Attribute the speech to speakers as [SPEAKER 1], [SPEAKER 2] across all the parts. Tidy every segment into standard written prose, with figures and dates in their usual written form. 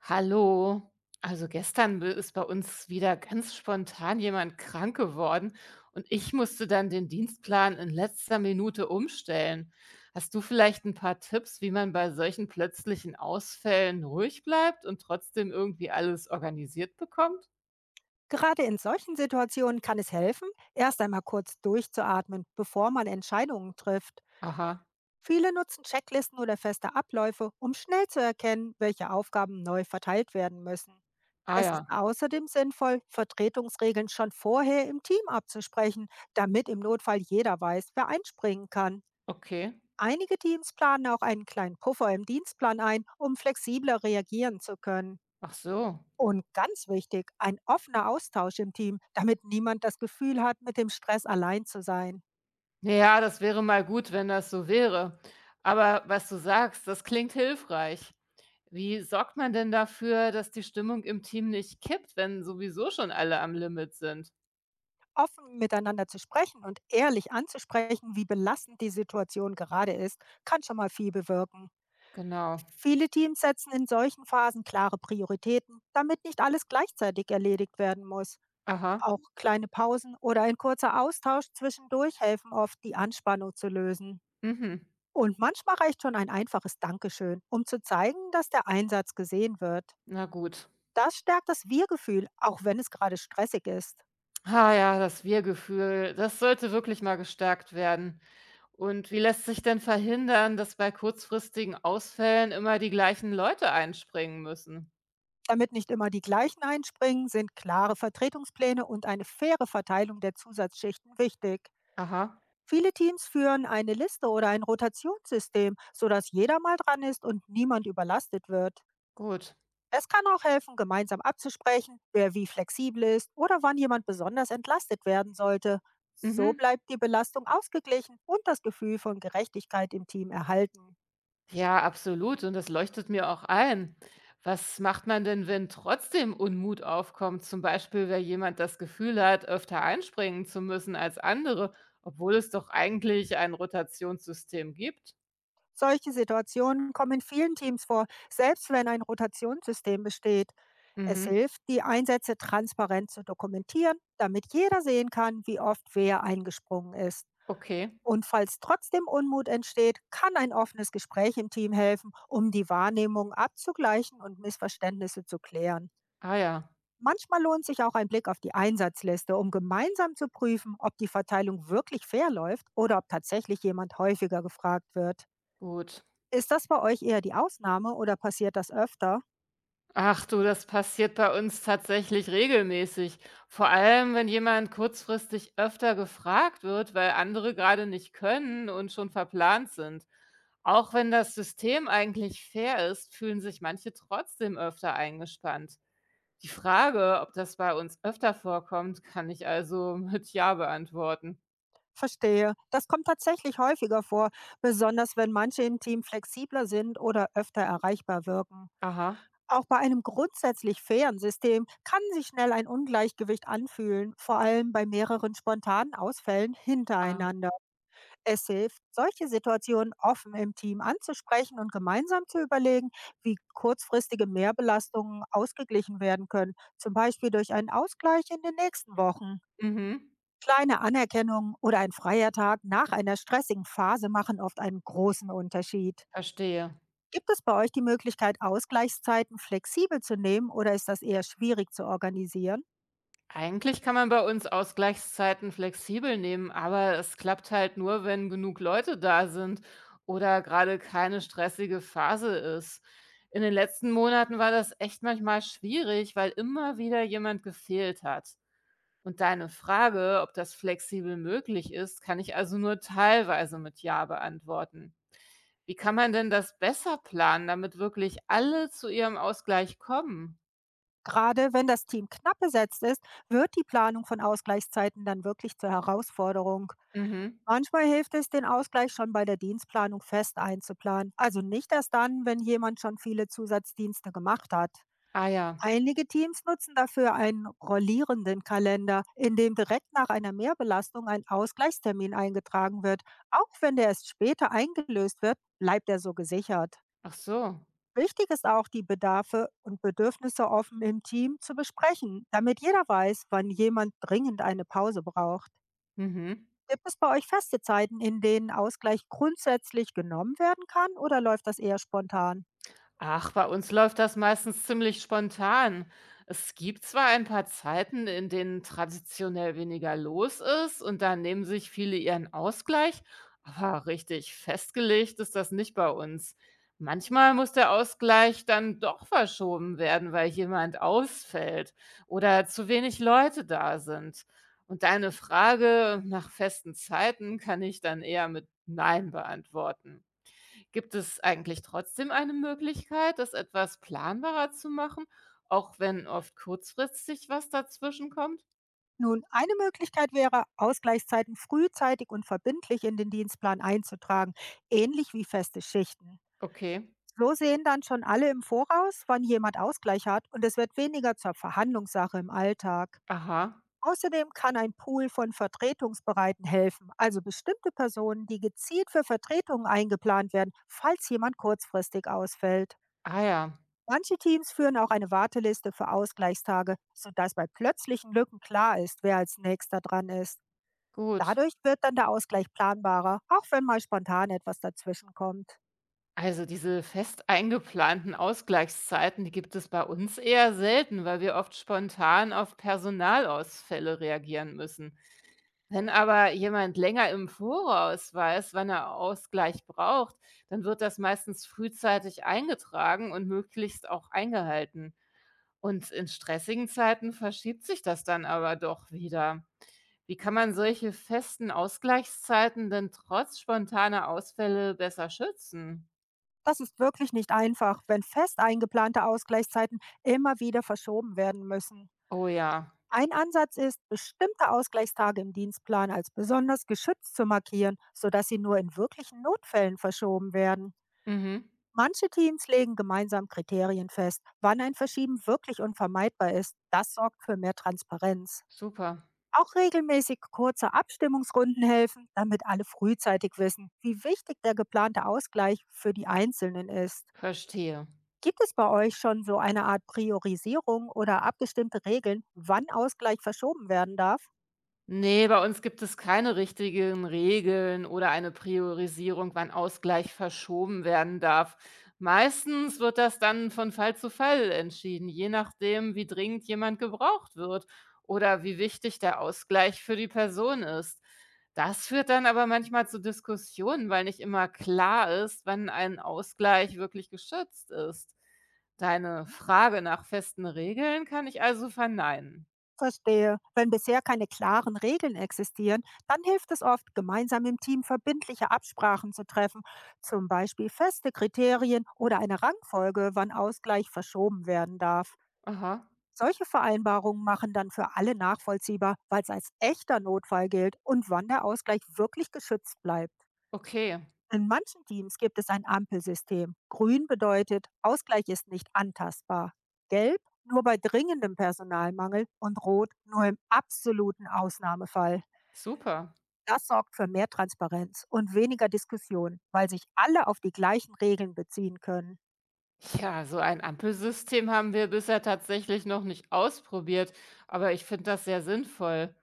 [SPEAKER 1] Hallo. Also gestern ist bei uns wieder ganz spontan jemand krank geworden und ich musste dann den Dienstplan in letzter Minute umstellen. Hast du vielleicht ein paar Tipps, wie man bei solchen plötzlichen Ausfällen ruhig bleibt und trotzdem irgendwie alles organisiert bekommt?
[SPEAKER 2] Gerade in solchen Situationen kann es helfen, erst einmal kurz durchzuatmen, bevor man Entscheidungen trifft.
[SPEAKER 1] Aha.
[SPEAKER 2] Viele nutzen Checklisten oder feste Abläufe, um schnell zu erkennen, welche Aufgaben neu verteilt werden müssen.
[SPEAKER 1] Ah
[SPEAKER 2] Es ist
[SPEAKER 1] ja,
[SPEAKER 2] außerdem sinnvoll, Vertretungsregeln schon vorher im Team abzusprechen, damit im Notfall jeder weiß, wer einspringen kann.
[SPEAKER 1] okay.
[SPEAKER 2] Einige Teams planen auch einen kleinen Puffer im Dienstplan ein, um flexibler reagieren zu können.
[SPEAKER 1] Ach so.
[SPEAKER 2] Und ganz wichtig, ein offener Austausch im Team, damit niemand das Gefühl hat, mit dem Stress allein zu sein.
[SPEAKER 1] Naja, das wäre mal gut, wenn das so wäre. Aber was du sagst, das klingt hilfreich. Wie sorgt man denn dafür, dass die Stimmung im Team nicht kippt, wenn sowieso schon alle am Limit sind?
[SPEAKER 2] Offen miteinander zu sprechen und ehrlich anzusprechen, wie belastend die Situation gerade ist, kann schon mal viel bewirken.
[SPEAKER 1] Genau.
[SPEAKER 2] Viele Teams setzen in solchen Phasen klare Prioritäten, damit nicht alles gleichzeitig erledigt werden muss.
[SPEAKER 1] Aha.
[SPEAKER 2] Auch kleine Pausen oder ein kurzer Austausch zwischendurch helfen oft, die Anspannung zu lösen.
[SPEAKER 1] Mhm.
[SPEAKER 2] Und manchmal reicht schon ein einfaches Dankeschön, um zu zeigen, dass der Einsatz gesehen wird.
[SPEAKER 1] Na gut.
[SPEAKER 2] Das stärkt das Wir-Gefühl, auch wenn es gerade stressig ist.
[SPEAKER 1] Ah ja, das Wir-Gefühl, das sollte wirklich mal gestärkt werden. Und wie lässt sich denn verhindern, dass bei kurzfristigen Ausfällen immer die gleichen Leute einspringen müssen?
[SPEAKER 2] Damit nicht immer die gleichen einspringen, sind klare Vertretungspläne und eine faire Verteilung der Zusatzschichten wichtig.
[SPEAKER 1] Aha,
[SPEAKER 2] Viele Teams führen eine Liste oder ein Rotationssystem, sodass jeder mal dran ist und niemand überlastet wird.
[SPEAKER 1] gut.
[SPEAKER 2] Es kann auch helfen, gemeinsam abzusprechen, wer wie flexibel ist oder wann jemand besonders entlastet werden sollte. So
[SPEAKER 1] Mhm.
[SPEAKER 2] bleibt die Belastung ausgeglichen und das Gefühl von Gerechtigkeit im Team erhalten.
[SPEAKER 1] Ja, absolut. Und das leuchtet mir auch ein. Was macht man denn, wenn trotzdem Unmut aufkommt? Zum Beispiel, wenn jemand das Gefühl hat, öfter einspringen zu müssen als andere, obwohl es doch eigentlich ein Rotationssystem gibt.
[SPEAKER 2] Solche Situationen kommen in vielen Teams vor, selbst wenn ein Rotationssystem besteht. Es
[SPEAKER 1] Mhm.
[SPEAKER 2] hilft, die Einsätze transparent zu dokumentieren, damit jeder sehen kann, wie oft wer eingesprungen ist.
[SPEAKER 1] Okay.
[SPEAKER 2] Und falls trotzdem Unmut entsteht, kann ein offenes Gespräch im Team helfen, um die Wahrnehmung abzugleichen und Missverständnisse zu klären.
[SPEAKER 1] Ah ja,
[SPEAKER 2] Manchmal lohnt sich auch ein Blick auf die Einsatzliste, um gemeinsam zu prüfen, ob die Verteilung wirklich fair läuft oder ob tatsächlich jemand häufiger gefragt wird.
[SPEAKER 1] gut.
[SPEAKER 2] Ist das bei euch eher die Ausnahme oder passiert das öfter?
[SPEAKER 1] Ach du, das passiert bei uns tatsächlich regelmäßig. Vor allem, wenn jemand kurzfristig öfter gefragt wird, weil andere gerade nicht können und schon verplant sind. Auch wenn das System eigentlich fair ist, fühlen sich manche trotzdem öfter eingespannt. Die Frage, ob das bei uns öfter vorkommt, kann ich also mit Ja beantworten.
[SPEAKER 2] Verstehe. Das kommt tatsächlich häufiger vor, besonders wenn manche im Team flexibler sind oder öfter erreichbar wirken.
[SPEAKER 1] Aha.
[SPEAKER 2] Auch bei einem grundsätzlich fairen System kann sich schnell ein Ungleichgewicht anfühlen, vor allem bei mehreren spontanen Ausfällen
[SPEAKER 1] Ah,
[SPEAKER 2] hintereinander. Es hilft, solche Situationen offen im Team anzusprechen und gemeinsam zu überlegen, wie kurzfristige Mehrbelastungen ausgeglichen werden können, zum Beispiel durch einen Ausgleich in den nächsten Wochen.
[SPEAKER 1] mhm,
[SPEAKER 2] Kleine Anerkennung oder ein freier Tag nach einer stressigen Phase machen oft einen großen Unterschied.
[SPEAKER 1] verstehe.
[SPEAKER 2] Gibt es bei euch die Möglichkeit, Ausgleichszeiten flexibel zu nehmen oder ist das eher schwierig zu organisieren?
[SPEAKER 1] Eigentlich kann man bei uns Ausgleichszeiten flexibel nehmen, aber es klappt halt nur, wenn genug Leute da sind oder gerade keine stressige Phase ist. In den letzten Monaten war das echt manchmal schwierig, weil immer wieder jemand gefehlt hat. Und deine Frage, ob das flexibel möglich ist, kann ich also nur teilweise mit Ja beantworten. Wie kann man denn das besser planen, damit wirklich alle zu ihrem Ausgleich kommen?
[SPEAKER 2] Gerade wenn das Team knapp besetzt ist, wird die Planung von Ausgleichszeiten dann wirklich zur Herausforderung.
[SPEAKER 1] Mhm.
[SPEAKER 2] Manchmal hilft es, den Ausgleich schon bei der Dienstplanung fest einzuplanen, also nicht erst dann, wenn jemand schon viele Zusatzdienste gemacht hat.
[SPEAKER 1] Ah ja.
[SPEAKER 2] Einige Teams nutzen dafür einen rollierenden Kalender, in dem direkt nach einer Mehrbelastung ein Ausgleichstermin eingetragen wird. Auch wenn der erst später eingelöst wird, bleibt er so gesichert.
[SPEAKER 1] Ach so.
[SPEAKER 2] Wichtig ist auch, die Bedarfe und Bedürfnisse offen im Team zu besprechen, damit jeder weiß, wann jemand dringend eine Pause braucht.
[SPEAKER 1] Mhm.
[SPEAKER 2] Gibt es bei euch feste Zeiten, in denen Ausgleich grundsätzlich genommen werden kann oder läuft das eher spontan?
[SPEAKER 1] Ach, bei uns läuft das meistens ziemlich spontan. Es gibt zwar ein paar Zeiten, in denen traditionell weniger los ist und da nehmen sich viele ihren Ausgleich, aber richtig festgelegt ist das nicht bei uns. Manchmal muss der Ausgleich dann doch verschoben werden, weil jemand ausfällt oder zu wenig Leute da sind. Und deine Frage nach festen Zeiten kann ich dann eher mit Nein beantworten. Gibt es eigentlich trotzdem eine Möglichkeit, das etwas planbarer zu machen, auch wenn oft kurzfristig was dazwischenkommt?
[SPEAKER 2] Nun, eine Möglichkeit wäre, Ausgleichszeiten frühzeitig und verbindlich in den Dienstplan einzutragen, ähnlich wie feste Schichten.
[SPEAKER 1] Okay.
[SPEAKER 2] So sehen dann schon alle im Voraus, wann jemand Ausgleich hat und es wird weniger zur Verhandlungssache im Alltag.
[SPEAKER 1] Aha.
[SPEAKER 2] Außerdem kann ein Pool von Vertretungsbereiten helfen, also bestimmte Personen, die gezielt für Vertretungen eingeplant werden, falls jemand kurzfristig ausfällt.
[SPEAKER 1] Ah ja,
[SPEAKER 2] Manche Teams führen auch eine Warteliste für Ausgleichstage, sodass bei plötzlichen Lücken klar ist, wer als nächster dran ist.
[SPEAKER 1] gut.
[SPEAKER 2] Dadurch wird dann der Ausgleich planbarer, auch wenn mal spontan etwas dazwischenkommt.
[SPEAKER 1] Also diese fest eingeplanten Ausgleichszeiten, die gibt es bei uns eher selten, weil wir oft spontan auf Personalausfälle reagieren müssen. Wenn aber jemand länger im Voraus weiß, wann er Ausgleich braucht, dann wird das meistens frühzeitig eingetragen und möglichst auch eingehalten. Und in stressigen Zeiten verschiebt sich das dann aber doch wieder. Wie kann man solche festen Ausgleichszeiten denn trotz spontaner Ausfälle besser schützen?
[SPEAKER 2] Das ist wirklich nicht einfach, wenn fest eingeplante Ausgleichszeiten immer wieder verschoben werden müssen.
[SPEAKER 1] Oh ja,
[SPEAKER 2] Ein Ansatz ist, bestimmte Ausgleichstage im Dienstplan als besonders geschützt zu markieren, sodass sie nur in wirklichen Notfällen verschoben werden.
[SPEAKER 1] mhm,
[SPEAKER 2] Manche Teams legen gemeinsam Kriterien fest, wann ein Verschieben wirklich unvermeidbar ist. Das sorgt für mehr Transparenz.
[SPEAKER 1] super,
[SPEAKER 2] Auch regelmäßig kurze Abstimmungsrunden helfen, damit alle frühzeitig wissen, wie wichtig der geplante Ausgleich für die Einzelnen ist.
[SPEAKER 1] verstehe.
[SPEAKER 2] Gibt es bei euch schon so eine Art Priorisierung oder abgestimmte Regeln, wann Ausgleich verschoben werden darf?
[SPEAKER 1] Ne, bei uns gibt es keine richtigen Regeln oder eine Priorisierung, wann Ausgleich verschoben werden darf. Meistens wird das dann von Fall zu Fall entschieden, je nachdem, wie dringend jemand gebraucht wird oder wie wichtig der Ausgleich für die Person ist. Das führt dann aber manchmal zu Diskussionen, weil nicht immer klar ist, wann ein Ausgleich wirklich geschützt ist. Deine Frage nach festen Regeln kann ich also verneinen.
[SPEAKER 2] Verstehe. Wenn bisher keine klaren Regeln existieren, dann hilft es oft, gemeinsam im Team verbindliche Absprachen zu treffen, zum Beispiel feste Kriterien oder eine Rangfolge, wann Ausgleich verschoben werden darf.
[SPEAKER 1] Aha,
[SPEAKER 2] Solche Vereinbarungen machen dann für alle nachvollziehbar, weil es als echter Notfall gilt und wann der Ausgleich wirklich geschützt bleibt.
[SPEAKER 1] okay,
[SPEAKER 2] In manchen Teams gibt es ein Ampelsystem. Grün bedeutet, Ausgleich ist nicht antastbar. Gelb nur bei dringendem Personalmangel und rot nur im absoluten Ausnahmefall.
[SPEAKER 1] super.
[SPEAKER 2] Das sorgt für mehr Transparenz und weniger Diskussion, weil sich alle auf die gleichen Regeln beziehen können.
[SPEAKER 1] Ja, so ein Ampelsystem haben wir bisher tatsächlich noch nicht ausprobiert, aber ich finde das sehr sinnvoll.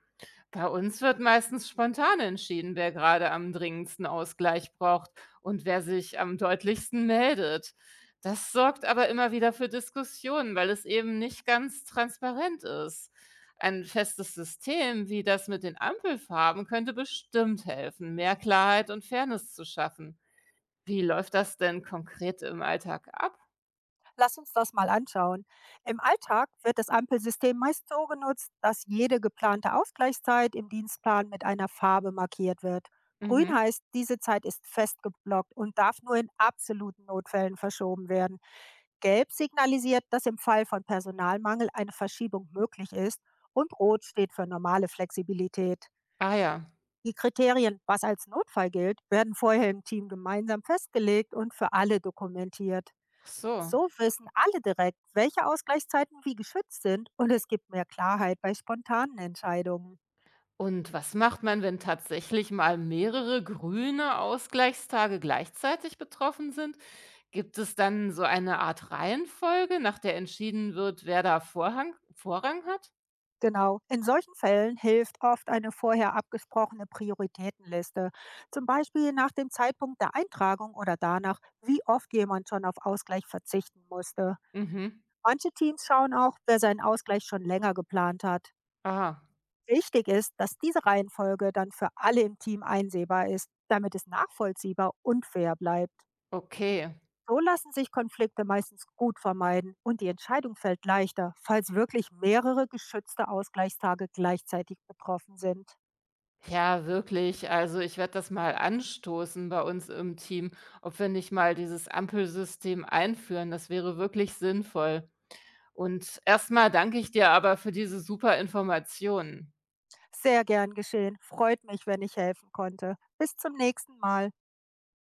[SPEAKER 1] Bei uns wird meistens spontan entschieden, wer gerade am dringendsten Ausgleich braucht und wer sich am deutlichsten meldet. Das sorgt aber immer wieder für Diskussionen, weil es eben nicht ganz transparent ist. Ein festes System wie das mit den Ampelfarben könnte bestimmt helfen, mehr Klarheit und Fairness zu schaffen. Wie läuft das denn konkret im Alltag ab?
[SPEAKER 2] Lass uns das mal anschauen. Im Alltag wird das Ampelsystem meist so genutzt, dass jede geplante Ausgleichszeit im Dienstplan mit einer Farbe markiert wird. Grün
[SPEAKER 1] Mhm.
[SPEAKER 2] heißt, diese Zeit ist festgeblockt und darf nur in absoluten Notfällen verschoben werden. Gelb signalisiert, dass im Fall von Personalmangel eine Verschiebung möglich ist und Rot steht für normale Flexibilität.
[SPEAKER 1] Ah ja,
[SPEAKER 2] Die Kriterien, was als Notfall gilt, werden vorher im Team gemeinsam festgelegt und für alle dokumentiert.
[SPEAKER 1] ach so.
[SPEAKER 2] So wissen alle direkt, welche Ausgleichszeiten wie geschützt sind und es gibt mehr Klarheit bei spontanen Entscheidungen.
[SPEAKER 1] Und was macht man, wenn tatsächlich mal mehrere grüne Ausgleichstage gleichzeitig betroffen sind? Gibt es dann so eine Art Reihenfolge, nach der entschieden wird, wer da Vorrang hat?
[SPEAKER 2] Genau, in solchen Fällen hilft oft eine vorher abgesprochene Prioritätenliste, zum Beispiel nach dem Zeitpunkt der Eintragung oder danach, wie oft jemand schon auf Ausgleich verzichten musste.
[SPEAKER 1] Mhm.
[SPEAKER 2] Manche Teams schauen auch, wer seinen Ausgleich schon länger geplant hat.
[SPEAKER 1] Ah,
[SPEAKER 2] Wichtig ist, dass diese Reihenfolge dann für alle im Team einsehbar ist, damit es nachvollziehbar und fair bleibt.
[SPEAKER 1] okay.
[SPEAKER 2] So lassen sich Konflikte meistens gut vermeiden und die Entscheidung fällt leichter, falls wirklich mehrere geschützte Ausgleichstage gleichzeitig betroffen sind.
[SPEAKER 1] Ja, wirklich. Also ich werde das mal anstoßen bei uns im Team, ob wir nicht mal dieses Ampelsystem einführen. Das wäre wirklich sinnvoll. Und erstmal danke ich dir aber für diese super Informationen.
[SPEAKER 2] Sehr gern geschehen. Freut mich, wenn ich helfen konnte. Bis zum nächsten Mal.